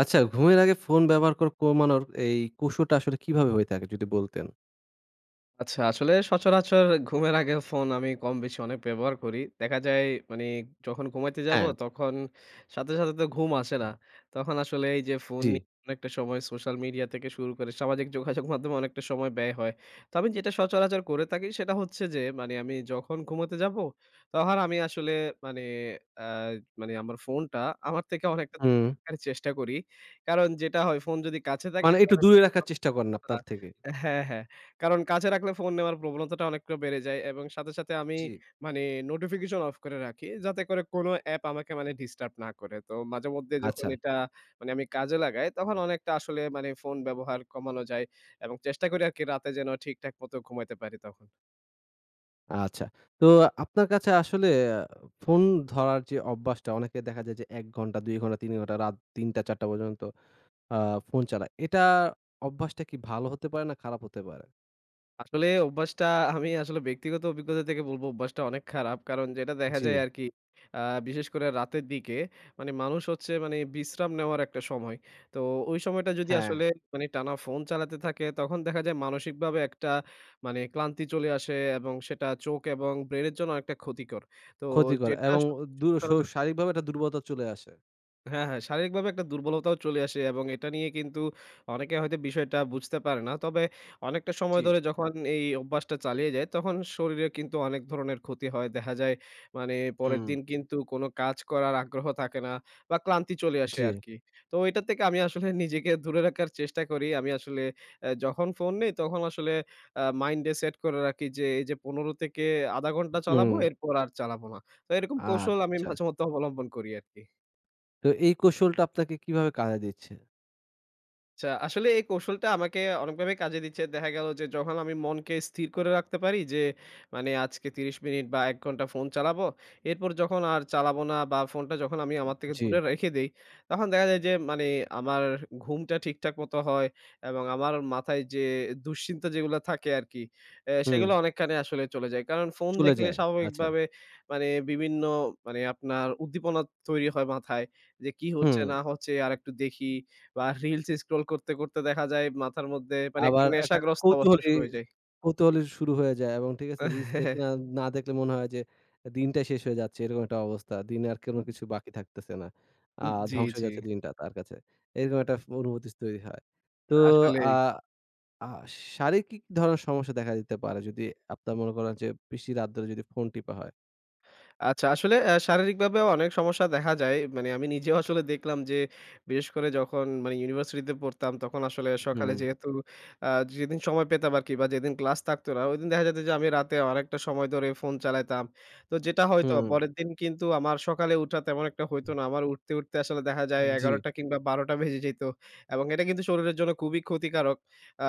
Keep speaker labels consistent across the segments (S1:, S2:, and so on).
S1: আচ্ছা, ঘুমের আগে ফোন ব্যবহার করা কমানোর এই কৌশলটা আসলে কিভাবে হয়ে থাকে যদি বলতেন?
S2: আচ্ছা, আসলে সচরাচর ঘুমের আগে ফোন আমি কম-বেশি অনেক ব্যবহার করি। দেখা যায় মানে যখন ঘুমাইতে যাবো
S1: হ্যাঁ,
S2: তখন সাথে, সাথে তো ঘুম আসে না। তখন আসলে এই যে ফোন
S1: জি।
S2: নিয়ে অনেকটা সময় সোশ্যাল মিডিয়া থেকে শুরু করে সামাজিক যোগাযোগ মাধ্যমে অনেকটা সময় ব্যয় হয়। তো আমি যেটা সচরাচর করে থাকি সেটা হচ্ছে যে মানে আমি যখন ঘুমোতে যাবো তখন আমি আসলে মানে আ মানে আমার ফোনটা আমার থেকে অনেকটা
S1: হুম,
S2: দূরে রাখার চেষ্টা করি। কারণ যেটা হয় ফোন যদি কাছে থাকে,
S1: মানে একটু দূরে রাখার চেষ্টা করেন
S2: আ
S1: আপনার থেকে।
S2: হ্যাঁ, হ্যাঁ। কারণ কাছে রাখলে ফোন নেওয়ার প্রবণতাটা অনেকটা বেড়ে যায় এবং সাথে, সাথে আমি
S1: জি।
S2: মানে নোটিফিকেশন অফ করে রাখি, যাতে করে কোন অ্যাপ আমাকে মানে ডিস্টার্ব না করে। তো মাঝেমধ্যে যখন
S1: আচ্ছা,
S2: এটা মানে আমি কাজে লাগাই তখন অনেকটা আসলে মানে ফোন ব্যবহার কমানো যায় এবং চেষ্টা করি আরকি রাতে যেন ঠিকঠাক মতো ঘুমাইতে পারি তখন।
S1: আচ্ছা। তো আপনার কাছে আসলে আহ, ফোন ধরার যে অভ্যাসটা অনেকে দেখা যায় যে ১ ঘন্টা, ২ ঘন্টা, ৩ ঘন্টা রাত ৩:০০-৪:০০ পর্যন্ত আ ফোন চালায়। এটা অভ্যাসটা কি ভালো হতে পারে না খারাপ হতে পারে?
S2: আসলে অভ্যাসটা আমি আসলে ব্যক্তিগত অভিজ্ঞতা থেকে বলব অভ্যাসটা অনেক খারাপ। কারণ যেটা দেখা
S1: জি,
S2: যায় আরকি, আ বিশেষ করে রাতের দিকে মানে মানুষ হচ্ছে মানে বিশ্রাম নেওয়ার একটা সময়। তো ওই সময়টা যদি
S1: হ্যাঁ।
S2: আসলে মানে টানা ফোন চালাতে থাকে তখন দেখা যায় মানসিকভাবে একটা মানে ক্লান্তি চলে আসে এবং সেটা চোখ এবং ব্রেনের জন্য অনেকটা ক্ষতিকর। তো
S1: ক্ষতিকর
S2: যেটা
S1: এবং দু শ
S2: আসলে,
S1: শারীরিকভাবে একটা দুর্বলতা চলে আসে।
S2: হ্যাঁ, হ্যাঁ, শারীরিকভাবে একটা দুর্বলতাও চলে আসে এবং এটা নিয়ে কিন্তু অনেকে হয়তো বিষয়টা বুঝতে পারে না। তবে অনেকটা সময়
S1: জি,
S2: ধরে যখন এই অভ্যাসটা চালিয়ে যায়, তখন শরীরে কিন্তু অনেক ধরনের ক্ষতি হয়। দেখা যায় মানে পরের
S1: হুম।
S2: দিন কিন্তু কোনো কাজ করার আগ্রহ থাকে না বা ক্লান্তি চলে আসে
S1: জি,
S2: আরকি। তো এটা থেকে আমি আসলে নিজেকে দূরে রাখার চেষ্টা করি। আমি আসলে যখন ফোন নেই, তখন আসলে মাইন্ডে সেট করে রাখি যে এই যে ১৫ থেকে ০.৫ ঘন্টা চালাবো,
S1: হুম,
S2: এরপর আর চালাবো না। তো এরকম
S1: আর
S2: কৌশল আমি
S1: আচ্ছা।
S2: মাঝেমধ্যে অবলম্বন করি আরকি।
S1: তো এই কৌশলটা আপনাকে কিভাবে কাজে দিচ্ছে?
S2: আচ্ছা, আসলে এই কৌশলটা আমাকে অনেকভাবে কাজে দিচ্ছে। দেখা গেল যে যখন আমি মনকে স্থির করে রাখতে পারি যে মানে আজকে ৩০ মিনিট বা ১ ঘন্টা ফোন চালাবো। এরপর যখন আর চালাবো না বা ফোনটা যখন আমি আমার থেকে
S1: জি,
S2: দূরে রেখে দেই, তখন দেখা যায় যে মানে আমার ঘুমটা ঠিকঠাক মতো হয় এবং আমার মাথায় যে দুশ্চিন্তা যেগুলো থাকে আরকি,
S1: হুম।
S2: সেগুলো অনেকখানি আসলে চলে যায়। কারণ ফোন
S1: চলে
S2: দেখলে
S1: যায়। আচ্ছা।
S2: স্বাভাবিকভাবে মানে বিভিন্ন মানে আপনার উদ্দীপনা তৈরি হয় মাথায় যে কি হচ্ছে
S1: হুম।
S2: না হচ্ছে আরেকটু দেখি। বা রিলস স্ক্রল করতে, করতে দেখা যায় মাথার মধ্যে মানে একটা
S1: আবার একটা
S2: নেশাগ্রস্ত অবস্থা
S1: কৌতূহলী
S2: শুরু হয়ে যায়।
S1: কৌতূহলী শুরু হয়ে যায় এবং ঠিক আছে রিলস দেখে না, না দেখলে মনে হয় যে দিনটাই শেষ হয়ে যাচ্ছে এরকম একটা অবস্থা। দিনে আর কোনো কিছু বাকি থাকতেছে না। আ
S2: জি,
S1: ধ্বংস হয়ে
S2: জি।
S1: যাচ্ছে দিনটা তার কাছে। এরকম একটা অনুভূতি তৈরি হয়। তো আ
S2: আসলেই।
S1: আ শারীরিক কি ধরনের সমস্যা দেখা দিতে পারে যদি আপনার মনে করেন যে বেশি রাত ধরে যদি ফোন টিপা হয়?
S2: আচ্ছা, আসলে শারীরিকভাবেও অনেক সমস্যা দেখা যায়। মানে আমি নিজেও আসলে দেখলাম যে, বিশেষ করে যখন মানে ইউনিভার্সিটিতে পড়তাম, তখন আসলে সকালে
S1: হুম,
S2: যেহেতু আ যেদিন সময় পেতাম আরকি বা যেদিন ক্লাস থাকতো না, ওইদিন দেখা যেত যে আমি রাতে অনেকটা সময় ধরে ফোন চালাইতাম। তো যেটা হয়তো
S1: হুম।
S2: পরের দিন কিন্তু আমার সকালে উঠা তেমন একটা হইতো না। আমার উঠতে, উঠতে আসলে দেখা যায়
S1: জি,
S2: ১১টা কিংবা ১২টা বেজে যেত এবং এটা কিন্তু শরীরের জন্য খুবই ক্ষতিকারক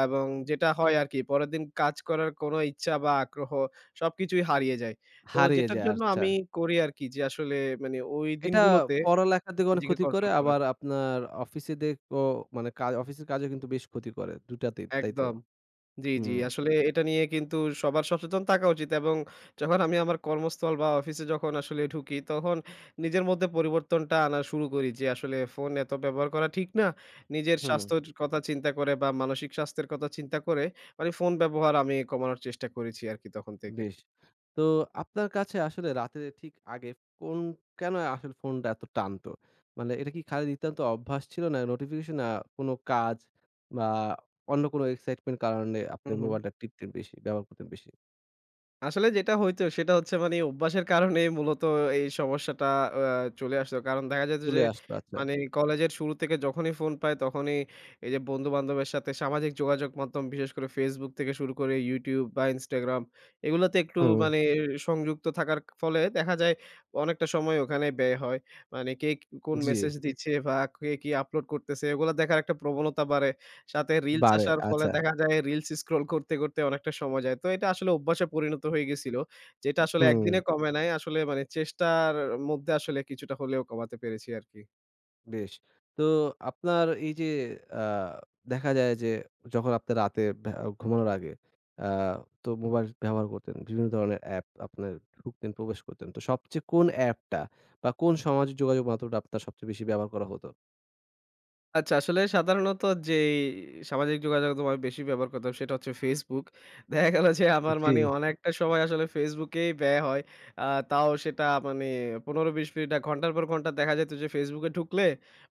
S2: এবং যেটা হয় আরকি পরের দিন কাজ করার কোনো ইচ্ছা বা আগ্রহ সবকিছুই হারিয়ে যায়। তো
S1: হারিয়ে
S2: যেটার
S1: যায়
S2: জন্য
S1: আচ্ছা।
S2: আমি করি আরকি যে আসলে মানে ওই
S1: এটা
S2: দিনগুলোতে
S1: পড়ালেখার দিকে অনেক
S2: নিজেকে
S1: ক্ষতি করে
S2: কন্ট্রোল করার।
S1: আবার আপনার অফিসে দেখো মানে কাজ অফিসের কাজেও কিন্তু বেশ ক্ষতি করে দুটাতেই, তাই তো?
S2: একদম। জি, জি।
S1: হুম,
S2: আসলে এটা নিয়ে কিন্তু সবার সচেতন থাকা উচিত এবং যখন আমি আমার কর্মস্থল বা অফিসে যখন আসলে ঢুকি তখন নিজের মধ্যে পরিবর্তনটা আনা শুরু করি যে আসলে ফোন এত ব্যবহার করা ঠিক না। নিজের
S1: হুম,
S2: স্বাস্থ্যর কথা চিন্তা করে বা মানসিক স্বাস্থ্যের কথা চিন্তা করে মানে ফোন ব্যবহার আমি কমানোর চেষ্টা করেছি আরকি তখন থেকে।
S1: বেশ। তো আপনার কাছে আসলে রাতের ঠিক আগে কোন কেন আসলে ফোনটা এত টানতো? মানে এটা কি খালি নিতান্ত অভ্যাস ছিল না নোটিফিকেশন না কোনো কাজ বা অন্য কোনো এক্সাইটমেন্ট কারণে
S2: হু,
S1: আপনি
S2: হু।
S1: মোবাইলটা টিপতেন বেশি, ব্যবহার করতেন বেশি?
S2: আসলে যেটা হইতো সেটা হচ্ছে মানে অভ্যাসের কারণেই মূলত এই সমস্যাটা আ চলে আসতো। কারণ দেখা যেত যে
S1: চলে আসতো আচ্ছা।
S2: মানে কলেজের শুরু থেকে যখনই ফোন পাই তখনই এই যে বন্ধু-বান্ধবের সাথে সামাজিক যোগাযোগ মাধ্যম বিশেষ করে Facebook থেকে শুরু করে YouTube বা Instagram এগুলোতে একটু
S1: হুম,
S2: মানে সংযুক্ত থাকার ফলে দেখা যায় অনেকটা সময় ওখানে ব্যয় হয়। মানে কে কোন
S1: জি,
S2: মেসেজ দিচ্ছে বা কে কি আপলোড করতেছে এগুলো দেখার একটা প্রবণতা বাড়ে। সাথে রিলস
S1: বাড়ে
S2: আসার ফলে
S1: আচ্ছা,
S2: দেখা যায় রিলস স্ক্রল করতে, করতে অনেকটা সময় যায়। তো এটা আসলে অভ্যাসে পরিণত হয়ে গেছিল। যেটা আসলে
S1: হুম।
S2: একদিনে কমে নাই। আসলে মানে চেষ্টার মধ্যে আসলে কিছুটা হলেও কমাতে পেরেছি আরকি।
S1: বেশ। তো আপনার এই যে আ দেখা যায় যে যখন আপনি রাতে ঘুমানোর আগে আ তো মোবাইল ব্যবহার করতেন। বিভিন্ন ধরনের অ্যাপ আপনার ঢুকতেন, প্রবেশ করতেন। তো সবচেয়ে কোন অ্যাপটা বা কোন সামাজিক যোগাযোগ মাধ্যমটা আপনার সবচেয়ে বেশি ব্যবহার করা হতো?
S2: আচ্ছা, আসলে সাধারণত যেই সামাজিক যোগাযোগ মাধ্যম আমি বেশি ব্যবহার করতাম সেটা হচ্ছে Facebook। দেখা গেল যে আমার
S1: জি।
S2: মানে অনেকটা সময় আসলে Facebook-এই ব্যয় হয়। আ তাও সেটা মানে ১৫-২০ মিনিট না, ঘন্টার পর ঘন্টা দেখা যেত যে Facebook-এ ঢুকলে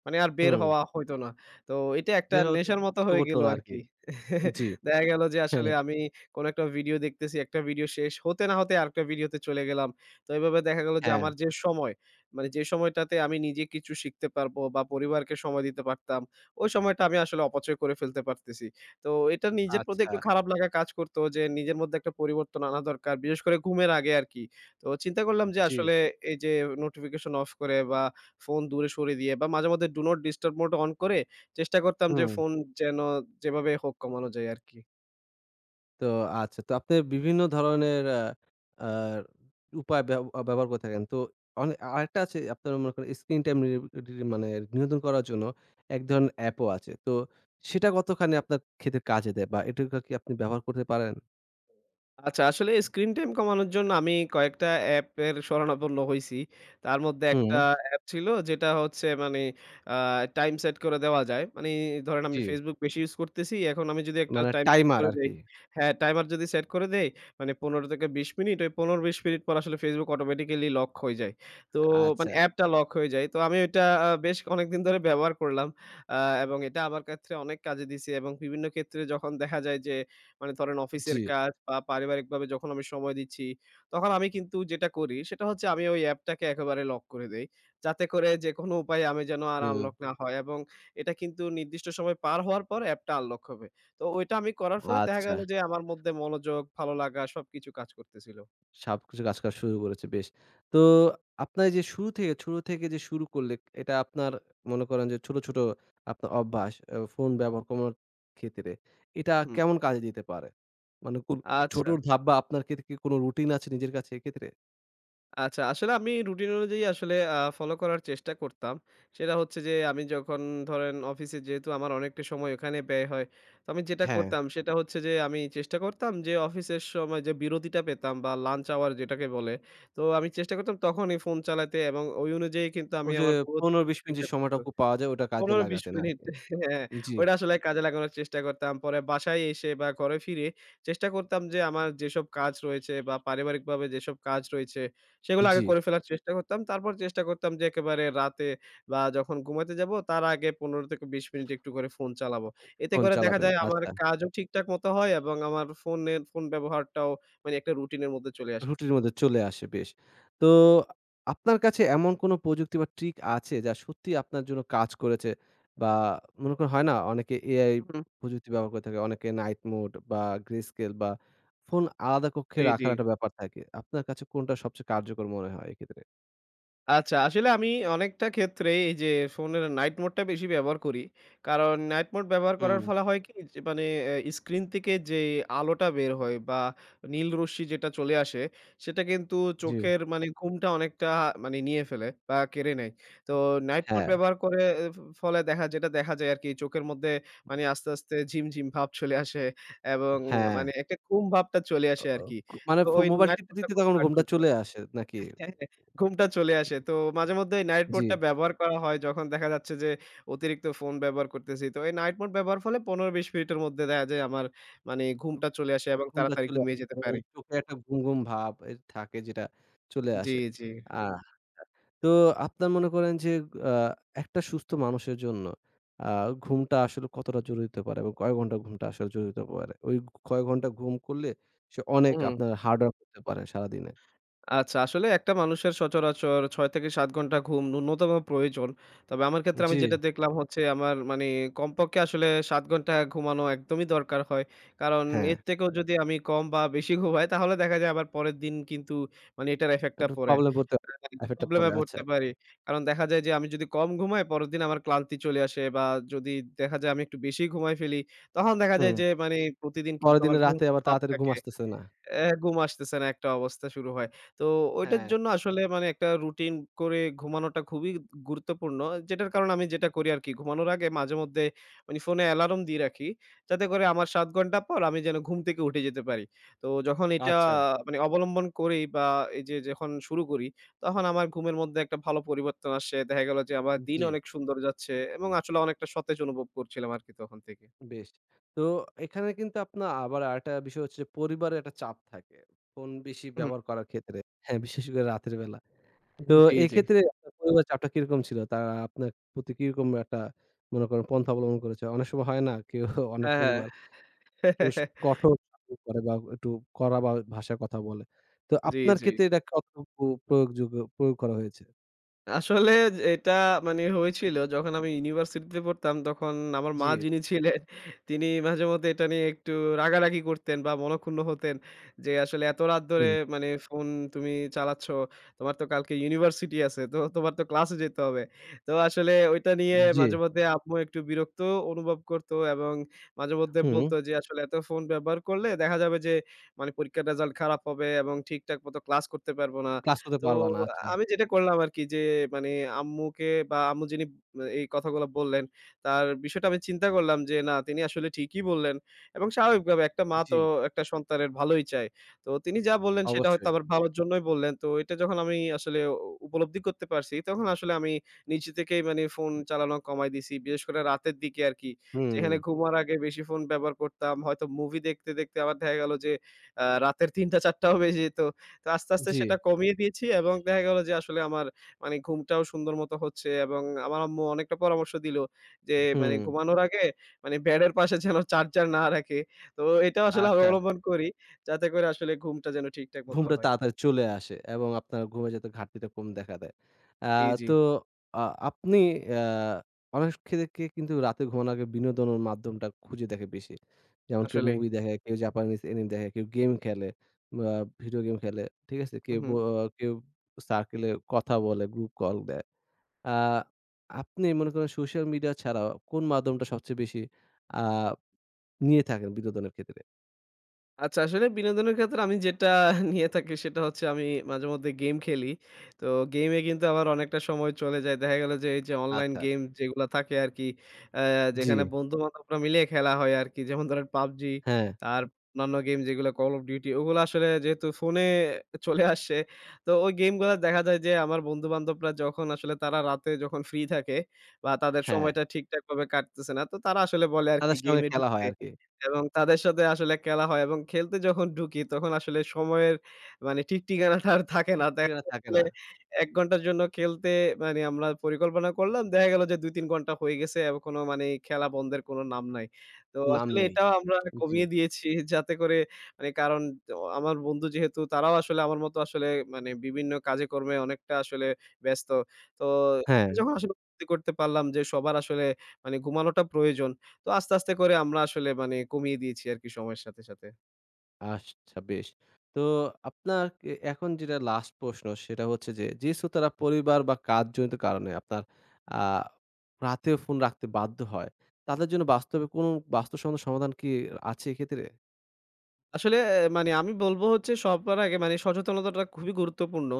S2: মানে আর বের
S1: হুম,
S2: হওয়া হইতো না। তো এটা একটা
S1: বের হতে
S2: নেশার মতো
S1: ইচ্ছে
S2: হয়ে
S1: করতো
S2: গেল
S1: না আরকি।
S2: আরকি।
S1: জি।
S2: দেখা গেল যে আসলে
S1: হ্যাঁ,
S2: আমি কোনো একটা ভিডিও দেখতেছি, একটা ভিডিও শেষ হতে না হতে আরেকটা ভিডিওতে চলে গেলাম। তো এভাবে দেখা গেল যে
S1: হ্যাঁ।
S2: আমার যে সময়, মানে যে সময়টাতে আমি নিজে কিছু শিখতে পারবো বা পরিবারকে সময় দিতে পারতাম, ওই সময়টা আমি আসলে অপচয় করে ফেলতে পারতেছি। তো এটা নিজের প্রতি
S1: আচ্ছা।
S2: একটু খারাপ লাগা কাজ করতো যে নিজের মধ্যে একটা পরিবর্তন আনা দরকার। বিশেষ করে ঘুমের আগে আরকি। তো চিন্তা করলাম যে
S1: জি।
S2: আসলে এই যে নোটিফিকেশন অফ করে বা ফোন দূরে সরিয়ে দিয়ে বা মাঝে মধ্যে do not disturb mode on করে চেষ্টা করতাম যে
S1: হুম।
S2: ফোন যেন যেভাবে হোক কমানো যায় আরকি।
S1: তো আচ্ছা। তো আপনি বিভিন্ন ধরনের আ আ উপায় ব্যবহার করে থাকেন। তো আরেকটা আছে আপনার মনে করেন স্ক্রিন টাইম রি রি মানে নিয়ন্ত্রণ করার জন্য এক ধরনের অ্যাপও আছে। তো সেটা কতখানি আপনার ক্ষেত্রে কাজে দেয় বা এটাকে কি আপনি ব্যবহার করতে পারেন?
S2: আচ্ছা, আসলে স্ক্রিন টাইম কমানোর জন্য আমি কয়েকটা অ্যাপের শরণাপন্ন হইছি। তার মধ্যে একটা
S1: হুম,
S2: অ্যাপ ছিল যেটা হচ্ছে মানে আ টাইম সেট করে দেওয়া যায়। মানি ধরেন আমি
S1: জি।
S2: Facebook বেশি ইউজ করতেছি। এখন আমি যদি একটা
S1: মানে
S2: টাইম সেট
S1: টাইমার
S2: করে দেই,
S1: আরকি।
S2: হ্যাঁ, টাইমার যদি সেট করে দেই মানে ১৫ থেকে ২০ মিনিট, ওই ১৫-২০ মিনিট পর আসলে Facebook অটোমেটিক্যালি লক হয়ে যায়। তো মানে
S1: আচ্ছা।
S2: অ্যাপটা লক হয়ে যায়। তো আমি ওইটা বেশ অনেকদিন ধরে ব্যবহার করলাম। আ এবং এটা আমার ক্ষেত্রে অনেক কাজে দিছে এবং বিভিন্ন ক্ষেত্রে যখন দেখা যায় যে মানে ধরেন
S1: জি।
S2: অফিসের কাজ বা পারিবারিকভাবে যখন আমি সময় দিচ্ছি, তখন আমি কিন্তু যেটা করি সেটা হচ্ছে আমি ওই অ্যাপটাকে একেবারে লক করে দেই। যাতে করে যেকোনো উপায়ে আমি যেন আর
S1: হুম,
S2: আনলক না হয় এবং এটা কিন্তু নির্দিষ্ট সময় পার হওয়ার পর অ্যাপটা আনলক হবে। তো ওইটা আমি করার ফলে দেখা
S1: আচ্ছা।
S2: গেল যে আমার মধ্যে মনোযোগ, ভালো লাগা সবকিছু কাজ করতেছিল।
S1: সবকিছু কাজ করা শুরু করেছে, বেশ। তো আপনার এইযে শুরু থেকে ছোট থেকে যে শুরু করলে এটা আপনার মনে করেন যে ছোট, ছোট আপনার অভ্যাস ফোন ব্যবহার কমানোর ক্ষেত্রে এটা
S2: হুম।
S1: কেমন কাজে দিতে পারে? মানে কোন ছোট
S2: আচ্ছা।
S1: ধাপ বা আপনার ক্ষেত্রে কি কোনো রুটিন আছে নিজের কাছে এক্ষেত্রে?
S2: আচ্ছা, আসলে আমি রুটিন অনুযায়ী আসলে ফলো করার চেষ্টা করতাম। সেটা হচ্ছে যে আমি যখন ধরেন অফিসে যেহেতু আমার অনেকটা সময় ওখানে ব্যয় হয়। তো আমি যেটা
S1: হ্যাঁ।
S2: করতাম সেটা হচ্ছে যে আমি চেষ্টা করতাম যে অফিসের সময় যে বিরতিটা পেতাম বা লাঞ্চ আওয়ার যেটাকে বলে। তো আমি চেষ্টা করতাম তখনই ফোন চালাতে এবং ওই অনুযায়ী কিন্তু আমি
S1: ওই যে
S2: আমার পুরো
S1: ১৫-২০ মিনিট যে
S2: দিনটা
S1: সময়টুকু পাওয়া যায় ওটা কাজে
S2: ১৫-২০
S1: লাগাতেন
S2: মিনিট,
S1: আরকি।
S2: হ্যাঁ,
S1: জি,
S2: ওইটা আসলে কাজে লাগানোর চেষ্টা করতাম। পরে বাসায় এসে বা ঘরে ফিরে চেষ্টা করতাম যে আমার যেসব কাজ রয়েছে বা পারিবারিকভাবে যেসব কাজ রয়েছে সেগুলো আগে
S1: জি।
S2: করে ফেলার চেষ্টা করতাম। তারপর চেষ্টা করতাম যে একেবারে রাতে বা যখন ঘুমাতে যাবো তার আগে ১৫-২০ মিনিট একটু করে ফোন চালাবো। এতে
S1: ফোন
S2: করে দেখা
S1: চালাবেন।
S2: যায় আমার
S1: আচ্ছা।
S2: কাজও ঠিকঠাক মতো হয় এবং আমার ফোন ব্যবহারটাও মানে একটা রুটিন এর মধ্যে চলে আসে।
S1: রুটিনের মধ্যে চলে আসে বেশ। তো আপনার কাছে এমন কোনো প্রযুক্তি বা ট্রিক আছে যা সত্যিই আপনার জন্য কাজ করেছে? বা মনে করেন হয় না অনেকে এআই
S2: হুম,
S1: প্রযুক্তি ব্যবহার করে থাকে, অনেকে নাইট মোড বা গ্রে স্কেল বা ফোন আলাদা কক্ষে
S2: জি, জি।
S1: রাখার একটা ব্যাপার থাকে। আপনার কাছে কোনটা সবচেয়ে কার্যকর মনে হয় এক্ষেত্রে?
S2: আচ্ছা, আসলে আমি অনেকটা ক্ষেত্রেই এই যে ফোনের নাইট মোডটা বেশি ব্যবহার করি। কারণ নাইট মোড ব্যবহার করার
S1: হুম,
S2: ফলে হয় কি? যে মানে স্ক্রিন থেকে যে আলোটা বের হয় বা নীল রশ্মি যেটা চলে আসে, সেটা কিন্তু
S1: জি।
S2: চোখের মানে ঘুমটা অনেকটা মানে নিয়ে ফেলে বা কেড়ে নেয়। তো নাইট মোড
S1: হ্যাঁ,
S2: ব্যবহার করে এ ফ ফলে দেখা যায় আরকি চোখের মধ্যে মানে আস্তে, আস্তে ঝিমঝিম ভাব চলে আসে এবং
S1: হ্যাঁ।
S2: মানে একটা ঘুম ভাবটা চলে
S1: অ
S2: আসে
S1: অ
S2: আরকি।
S1: কু মানে
S2: তো ওই
S1: মোবাইল
S2: নাইট
S1: টিপতে,
S2: মোডটা
S1: টিপতে
S2: খুব
S1: তখন ঘুমটা
S2: কার্যকর।
S1: চলে আসে নাকি?
S2: হ্যাঁ, হ্যাঁ, ঘুমটা চলে আসে। তো মাঝেমধ্যে এই নাইট
S1: জি,
S2: মোডটা ব্যবহার করা হয় যখন দেখা যাচ্ছে যে অতিরিক্ত ফোন ব্যবহার করতেছি। তো এই নাইট মোড ব্যবহার ফলে ১৫-২০ মিনিটের মধ্যে দেখা যায় আমার মানে ঘুমটা চলে আসে এবং
S1: ঘুমটা
S2: তাড়াতাড়ি
S1: চলে আসে
S2: ঘুমিয়ে যেতে
S1: এবং
S2: পারি।
S1: চোখে একটা ঘুম, ঘুম ভাব থাকে যেটা চলে
S2: জি,
S1: আসে।
S2: জি।
S1: আ তো আপনার মনে করেন যে আ একটা সুস্থ মানুষের জন্য আ ঘুমটা আসলে কতটা জরুরি হতে পারে এবং কয় ঘন্টা ঘুমটা আসলে জরুরি হতে পারে? ওই কয় ঘন্টা ঘুম করলে সে অনেক
S2: হুম।
S1: আপনার হার্ড ওয়ার্ক করতে পারে সারাদিনে।
S2: আচ্ছা, আসলে একটা মানুষের সচরাচর ৬ থেকে ৭ ঘন্টা ঘুম ন্যূনতম প্রয়োজন। তবে আমার ক্ষেত্রে আমি
S1: জি।
S2: যেটা দেখলাম হচ্ছে আমার মানে কমপক্ষে আসলে ৭ ঘন্টা ঘুমানো একদমই দরকার হয়। কারণ
S1: হ্যাঁ,
S2: এর থেকেও যদি আমি কম বা বেশি ঘুমাই তাহলে দেখা যায় আবার পরের দিন কিন্তু মানে এটার ইফেক্ট টা
S1: একটু
S2: পড়ে।
S1: প্রবলেম পড়তে এফেক্ট টা
S2: প্রবলেম এ
S1: পড়ে। আচ্ছা।
S2: পড়তে পারি। কারণ দেখা যায় যে আমি যদি কম ঘুমাই পরের দিন আমার ক্লান্তি চলে আসে বা যদি দেখা যায় আমি একটু বেশি ঘুমায় ফেলি তখন দেখা যায়
S1: হুম।
S2: যে মানে প্রতিদিন কিন্তু
S1: পরের দিন
S2: আমার ঘুম
S1: রাতে আবার
S2: ভাব
S1: তাড়াতাড়ি ঘুম
S2: থাকে।
S1: আসতেছে না।
S2: এ ঘুম আসতেছে না, একটা অবস্থা শুরু হয়। তো ওইটার
S1: হ্যাঁ।
S2: জন্য আসলে মানে একটা রুটিন করে ঘুমানোটা খুবই গুরুত্বপূর্ণ। যেটার কারণে আমি যেটা করি আরকি ঘুমানোর আগে মাঝেমধ্যে মানে ফোনে অ্যালার্ম দিয়ে রাখি। যাতে করে আমার ৭ ঘন্টা পর আমি যেন ঘুম থেকে উঠে যেতে পারি। তো যখন এটা
S1: আচ্ছা।
S2: মানে অবলম্বন করি বা এই যে যখন শুরু করি তখন আমার ঘুমের মধ্যে একটা ভালো পরিবর্তন আসে। দেখা গেল যে আমার দিন
S1: জি,
S2: অনেক সুন্দর যাচ্ছে এবং আসলে অনেকটা সতেজ অনুভব করছিলাম আরকি তখন থেকে।
S1: বেশ। তো এখানে কিন্তু আপনার আবার আরেকটা বিষয় হচ্ছে যে পরিবারের একটা চাপ থাকে। ফোন বেশি
S2: হুম।
S1: ব্যবহার করার ক্ষেত্রে। হ্যাঁ, বিশেষ করে রাতের বেলা। তো
S2: হুম, জি, জি।
S1: এক্ষেত্রে আপনার পরিবারের চাপটা কিরকম ছিল? তারা আপনার প্রতি কিরকম একটা মনে করেন পন্থা অবলম্বন করেছে? অনেক সময় হয় না কেউ অনেক
S2: হ্যাঁ, হ্যাঁ।
S1: পরিবার একটু কঠোর শাসন করে বা একটু কড়া বা ভাষায় কথা বলে। তো
S2: জি,
S1: আপনার
S2: জি।
S1: ক্ষেত্রে এটা কতটুকু প্রয়োগযোগ্য প্রয়োগ করা হয়েছে?
S2: আসলে এটা মানে হয়েছিল যখন আমি ইউনিভার্সিটিতে পড়তাম তখন আমার
S1: জি,
S2: মা যিনি ছিলেন তিনি মাঝেমধ্যে এটা নিয়ে একটু রাগারাগি করতেন বা মনক্ষুণ্ণ হতেন যে আসলে এত রাত ধরে
S1: হুম,
S2: মানে ফোন তুমি চালাচ্ছ, তোমার তো কালকে ইউনিভার্সিটি আছে, তো তোমার তো ক্লাসে যেতে হবে। তো আসলে ওইটা নিয়ে
S1: জি,
S2: মাঝেমধ্যে আম্মু একটু বিরক্ত অনুভব করতো এবং মাঝেমধ্যে
S1: হুম,
S2: বলতো যে আসলে এত ফোন ব্যবহার করলে দেখা যাবে যে মানে পরীক্ষার রেজাল্ট খারাপ হবে এবং ঠিকঠাক মতো ক্লাস করতে পারবো না।
S1: ক্লাস করতে
S2: তো
S1: পারবা না। আচ্ছা।
S2: আমি যেটা করলাম আরকি যে মানে আম্মুকে বা আম্মু যিনি এই কথাগুলো বললেন, তার বিষয়টা আমি চিন্তা করলাম যে না, তিনি আসলে ঠিকই বললেন এবং স্বাভাবিকভাবে একটা মা
S1: জি,
S2: তো একটা সন্তানের ভালোই চায়। তো তিনি যা বললেন সেটা হয়তো
S1: অবশ্যই।
S2: আমার ভালোর জন্যই বললেন। তো এটা যখন আমি আসলে উপলব্ধি করতে পারছি, তখন আসলে আমি নিজে থেকেই মানে ফোন চালানো কমায় দিছি। বিশেষ করে রাতের দিকে আরকি।
S1: হুম,
S2: যেখানে ঘুমার আগে বেশি ফোন ব্যবহার করতাম। হয়তো মুভি দেখতে, দেখতে আবার দেখা গেল যে রাতের ৩ঃ০০ ৪ঃ০০ টাও বেজে যেত। তো আস্তে, আস্তে
S1: জি,
S2: সেটা কমিয়ে দিয়েছি এবং দেখা গেল যে আসলে আমার মানে ঘুমটাও সুন্দর মতো হচ্ছে। এবং আমার আম্মু অনেকটা পরামর্শ দিলো যে মানে
S1: হুম,
S2: ঘুমানোর আগে মানে বেডের পাশে যেন চার্জার না রাখি। তো এটাও আসলে আমি
S1: আচ্ছা।
S2: অবলম্বন করি, যাতে করে আসলে ঘুমটা যেন ঠিকঠাক মতো
S1: ঘুমটা
S2: হয়।
S1: তাড়াতাড়ি চলে আসে এবং আপনার ঘুমে যাতে ঘাটতিটা কম দেখা দেয়। আ
S2: জি, জি।
S1: তো আ আপনি আ অনেক ক্ষেত্রে কিন্তু রাতে ঘুমানোর আগে বিনোদনের মাধ্যমটা খুঁজে দেখে বেশি। যেমন কেউ
S2: আসলেই।
S1: মুভি দেখে, কেউ জাপানিজ অ্যানিমে দেখে, কেউ গেম খেলে বা ভিডিও গেম খেলে। ঠিক আছে?
S2: হু,
S1: কেউ
S2: হু।
S1: কেউ সার্কেলে কথা বলে, গ্রুপ কল দেয়। আ আপনি মনে করেন সোশ্যাল মিডিয়া ছাড়াও কোন মাধ্যমটা সবচেয়ে বেশি আ নিয়ে থাকেন বিনোদনের ক্ষেত্রে?
S2: আচ্ছা, আসলে বিনোদনের ক্ষেত্রে আমি যেটা নিয়ে থাকি সেটা হচ্ছে, আমি মাঝেমধ্যে গেম খেলি। তো গেমে কিন্তু আমার অনেকটা সময় চলে যায়। দেখা গেল যে এই যে অনলাইন
S1: আচ্ছা।
S2: গেম যেগুলা থাকে আরকি, অ্যা
S1: জি।
S2: যেখানে বন্ধু-বান্ধবরা মিলিয়ে খেলা হয় আরকি। যেমন ধরেন PUBG
S1: হ্যাঁ,
S2: আর অন্যান্য গেম যেগুলো Call of Duty, ওগুলো আসলে যেহেতু ফোনে চলে আসছে, তো ওই গেমগুলা দেখা যায় যে আমার বন্ধু-বান্ধবরা যখন আসলে তারা রাতে যখন ফ্রি থাকে বা তাদের
S1: হ্যাঁ।
S2: সময়টা ঠিকঠাকভাবে কাটতেছে না, তো তারা আসলে বলে আরকি
S1: তাদের সঙ্গে
S2: গেমে
S1: খেলা হয়
S2: ঢুকতে।
S1: আরকি।
S2: এবং তাদের সাথে আসলে খেলা হয় এবং খেলতে যখন ঢুকি তখন আসলে সময়ের মানে ঠিক ঠিকানাটা আর থাকে না। দেখা
S1: শিক্ষিকারা থাকে
S2: গেল
S1: না।
S2: ১ ঘন্টার জন্য খেলতে মানে আমরা পরিকল্পনা করলাম। দেখা গেল যে ২-৩ ঘন্টা হয়ে গেছে এবং কোনো মানে খেলা বন্ধের কোনো নাম নাই। তো
S1: নাম
S2: আসলে
S1: নেই।
S2: এটাও আমরা
S1: জি।
S2: কমিয়ে দিয়েছি, যাতে করে মানে কারণ আমার বন্ধু যেহেতু, তারাও আসলে আমার মতো আসলে মানে বিভিন্ন কাজে কর্মে অনেকটা আসলে ব্যস্ত। তো
S1: হ্যাঁ,
S2: যখন আসলে উপলব্ধি করতে পারলাম যে সবার আসলে মানে ঘুমানোটা প্রয়োজন, তো আস্তে, আস্তে করে আমরা আসলে মানে কমিয়ে দিয়েছি আরকি সময়ের সাথে, সাথে।
S1: আচ্ছা বেশ। তো আপনার এখন যেটা লাস্ট প্রশ্ন সেটা হচ্ছে যে, যে শ্রোতারা পরিবার বা কাজজনিত কারণে আপনার আ রাতেও ফোন রাখতে বাধ্য হয়, তাদের জন্য বাস্তবে কোনো বাস্তবসম্মত সমাধান কি আছে এক্ষেত্রে?
S2: আসলে মানে আমি বলব হচ্ছে, সবার আগে মানে সচেতনতাটা খুবই গুরুত্বপূর্ণ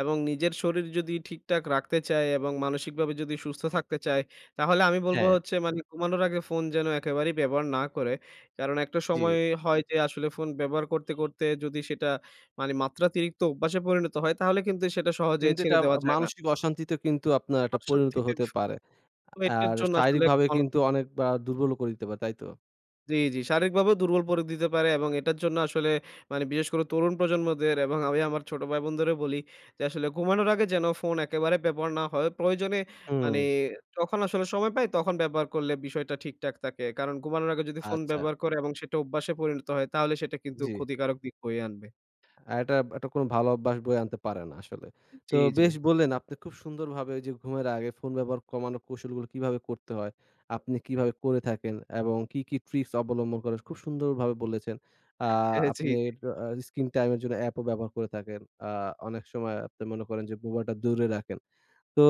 S2: এবং নিজের শরীর যদি ঠিকঠাক রাখতে চায় এবং মানসিকভাবে যদি সুস্থ থাকতে চায়, তাহলে আমি বলব
S1: হ্যাঁ,
S2: হচ্ছে মানে ঘুমানোর আগে ফোন যেন একেবারেই ব্যবহার না করে। কারণ একটা
S1: জি।
S2: সময় হয় যে আসলে ফোন ব্যবহার করতে, করতে যদি সেটা মানে মাত্রাতিরিক্ত অভ্যাসে পরিণত হয়, তাহলে কিন্তু সেটা সহজে
S1: কিন্তু
S2: ছেড়ে
S1: এটা
S2: দেওয়া যায় না।
S1: মানসিক অশান্তিতে কিন্তু আপনার একটা
S2: আমার
S1: পরিণত
S2: সত্যি যে
S1: হতে পারে।
S2: phone এর
S1: আর
S2: জন্য আসলে।
S1: শারীরিকভাবে কিন্তু অনেকবার দুর্বলও করে দিতে পারে, তাই তো?
S2: জি, জি। শারীরিকভাবেও দুর্বল করে দিতে পারে এবং এটার জন্য আসলে মানে বিশেষ করে তরুণ প্রজন্মদের এবং আমি আমার ছোট ভাই বোনদেরও বলি যে আসলে ঘুমানোর আগে যেন ফোন একেবারে ব্যবহার না হয়। প্রয়োজনে
S1: হুম,
S2: মানে যখন আসলে সময় পাই তখন ব্যবহার করলে বিষয়টা ঠিকঠাক থাকে। কারণ ঘুমানোর আগে যদি ফোন
S1: আচ্ছা,
S2: ব্যবহার করে এবং সেটা অভ্যাসে পরিণত হয়, তাহলে সেটা কিন্তু
S1: জি।
S2: ক্ষতিকারক দিক বয়ে আনবে।
S1: আর এটা একটা কোনো ভালো অভ্যাস বয়ে আনতে পারে না আসলে। তো
S2: জি, জি।
S1: বেশ বললেন আপনি খুব সুন্দরভাবে ওই যে ঘুমের আগে ফোন ব্যবহার কমানোর কৌশলগুলো কিভাবে করতে হয়, আপনি কিভাবে করে থাকেন এবং কি, কি ট্রিক্স অবলম্বন করেন খুব সুন্দরভাবে বলেছেন। আ
S2: হ্যাঁ, জি,
S1: আপনি স্ক্রিন টাইম এর জন্য অ্যাপও ব্যবহার করে থাকেন। আ অনেক সময় আপনি মনে করেন যে মোবাইলটা দূরে রাখেন। তো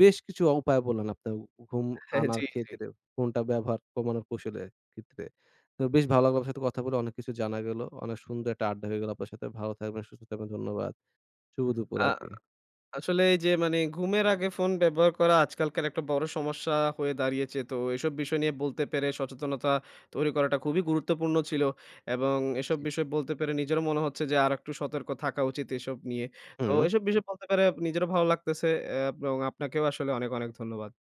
S1: বেশ কিছু উপায় বললেন আপনার ঘুম
S2: হ্যাঁ,
S1: আনার
S2: জি, জি।
S1: ক্ষেত্রে, ফোনটা ব্যবহার কমানোর কৌশলের ক্ষেত্রে। তো বেশ ভালো লাগলো আপনার সাথে কথা বলে অনেক কিছু জানা গেল। অনেক সুন্দর একটা আড্ডা হয়ে গেল আপনার সাথে। ভালো থাকবেন, সুস্থ থাকবেন। ধন্যবাদ। শুভ দুপুর
S2: আ
S1: আরকি।
S2: আসলে এই যে মানে ঘুমের আগে ফোন ব্যবহার করা আজকালকার একটা বড় সমস্যা হয়ে দাঁড়িয়েছে। তো এসব বিষয় নিয়ে বলতে পেরে সচেতনতা তৈরি করাটা খুবই গুরুত্বপূর্ণ ছিল এবং এসব
S1: জি।
S2: বিষয় বলতে পেরে নিজেরও মনে হচ্ছে যে আরেকটু সতর্ক থাকা উচিত এসব নিয়ে। তো
S1: হুম।
S2: এসব বিষয় বলতে পেরে নিজেরও ভালো লাগতেছে, এবং আপনাকেও আসলে অনেক, অনেক ধন্যবাদ।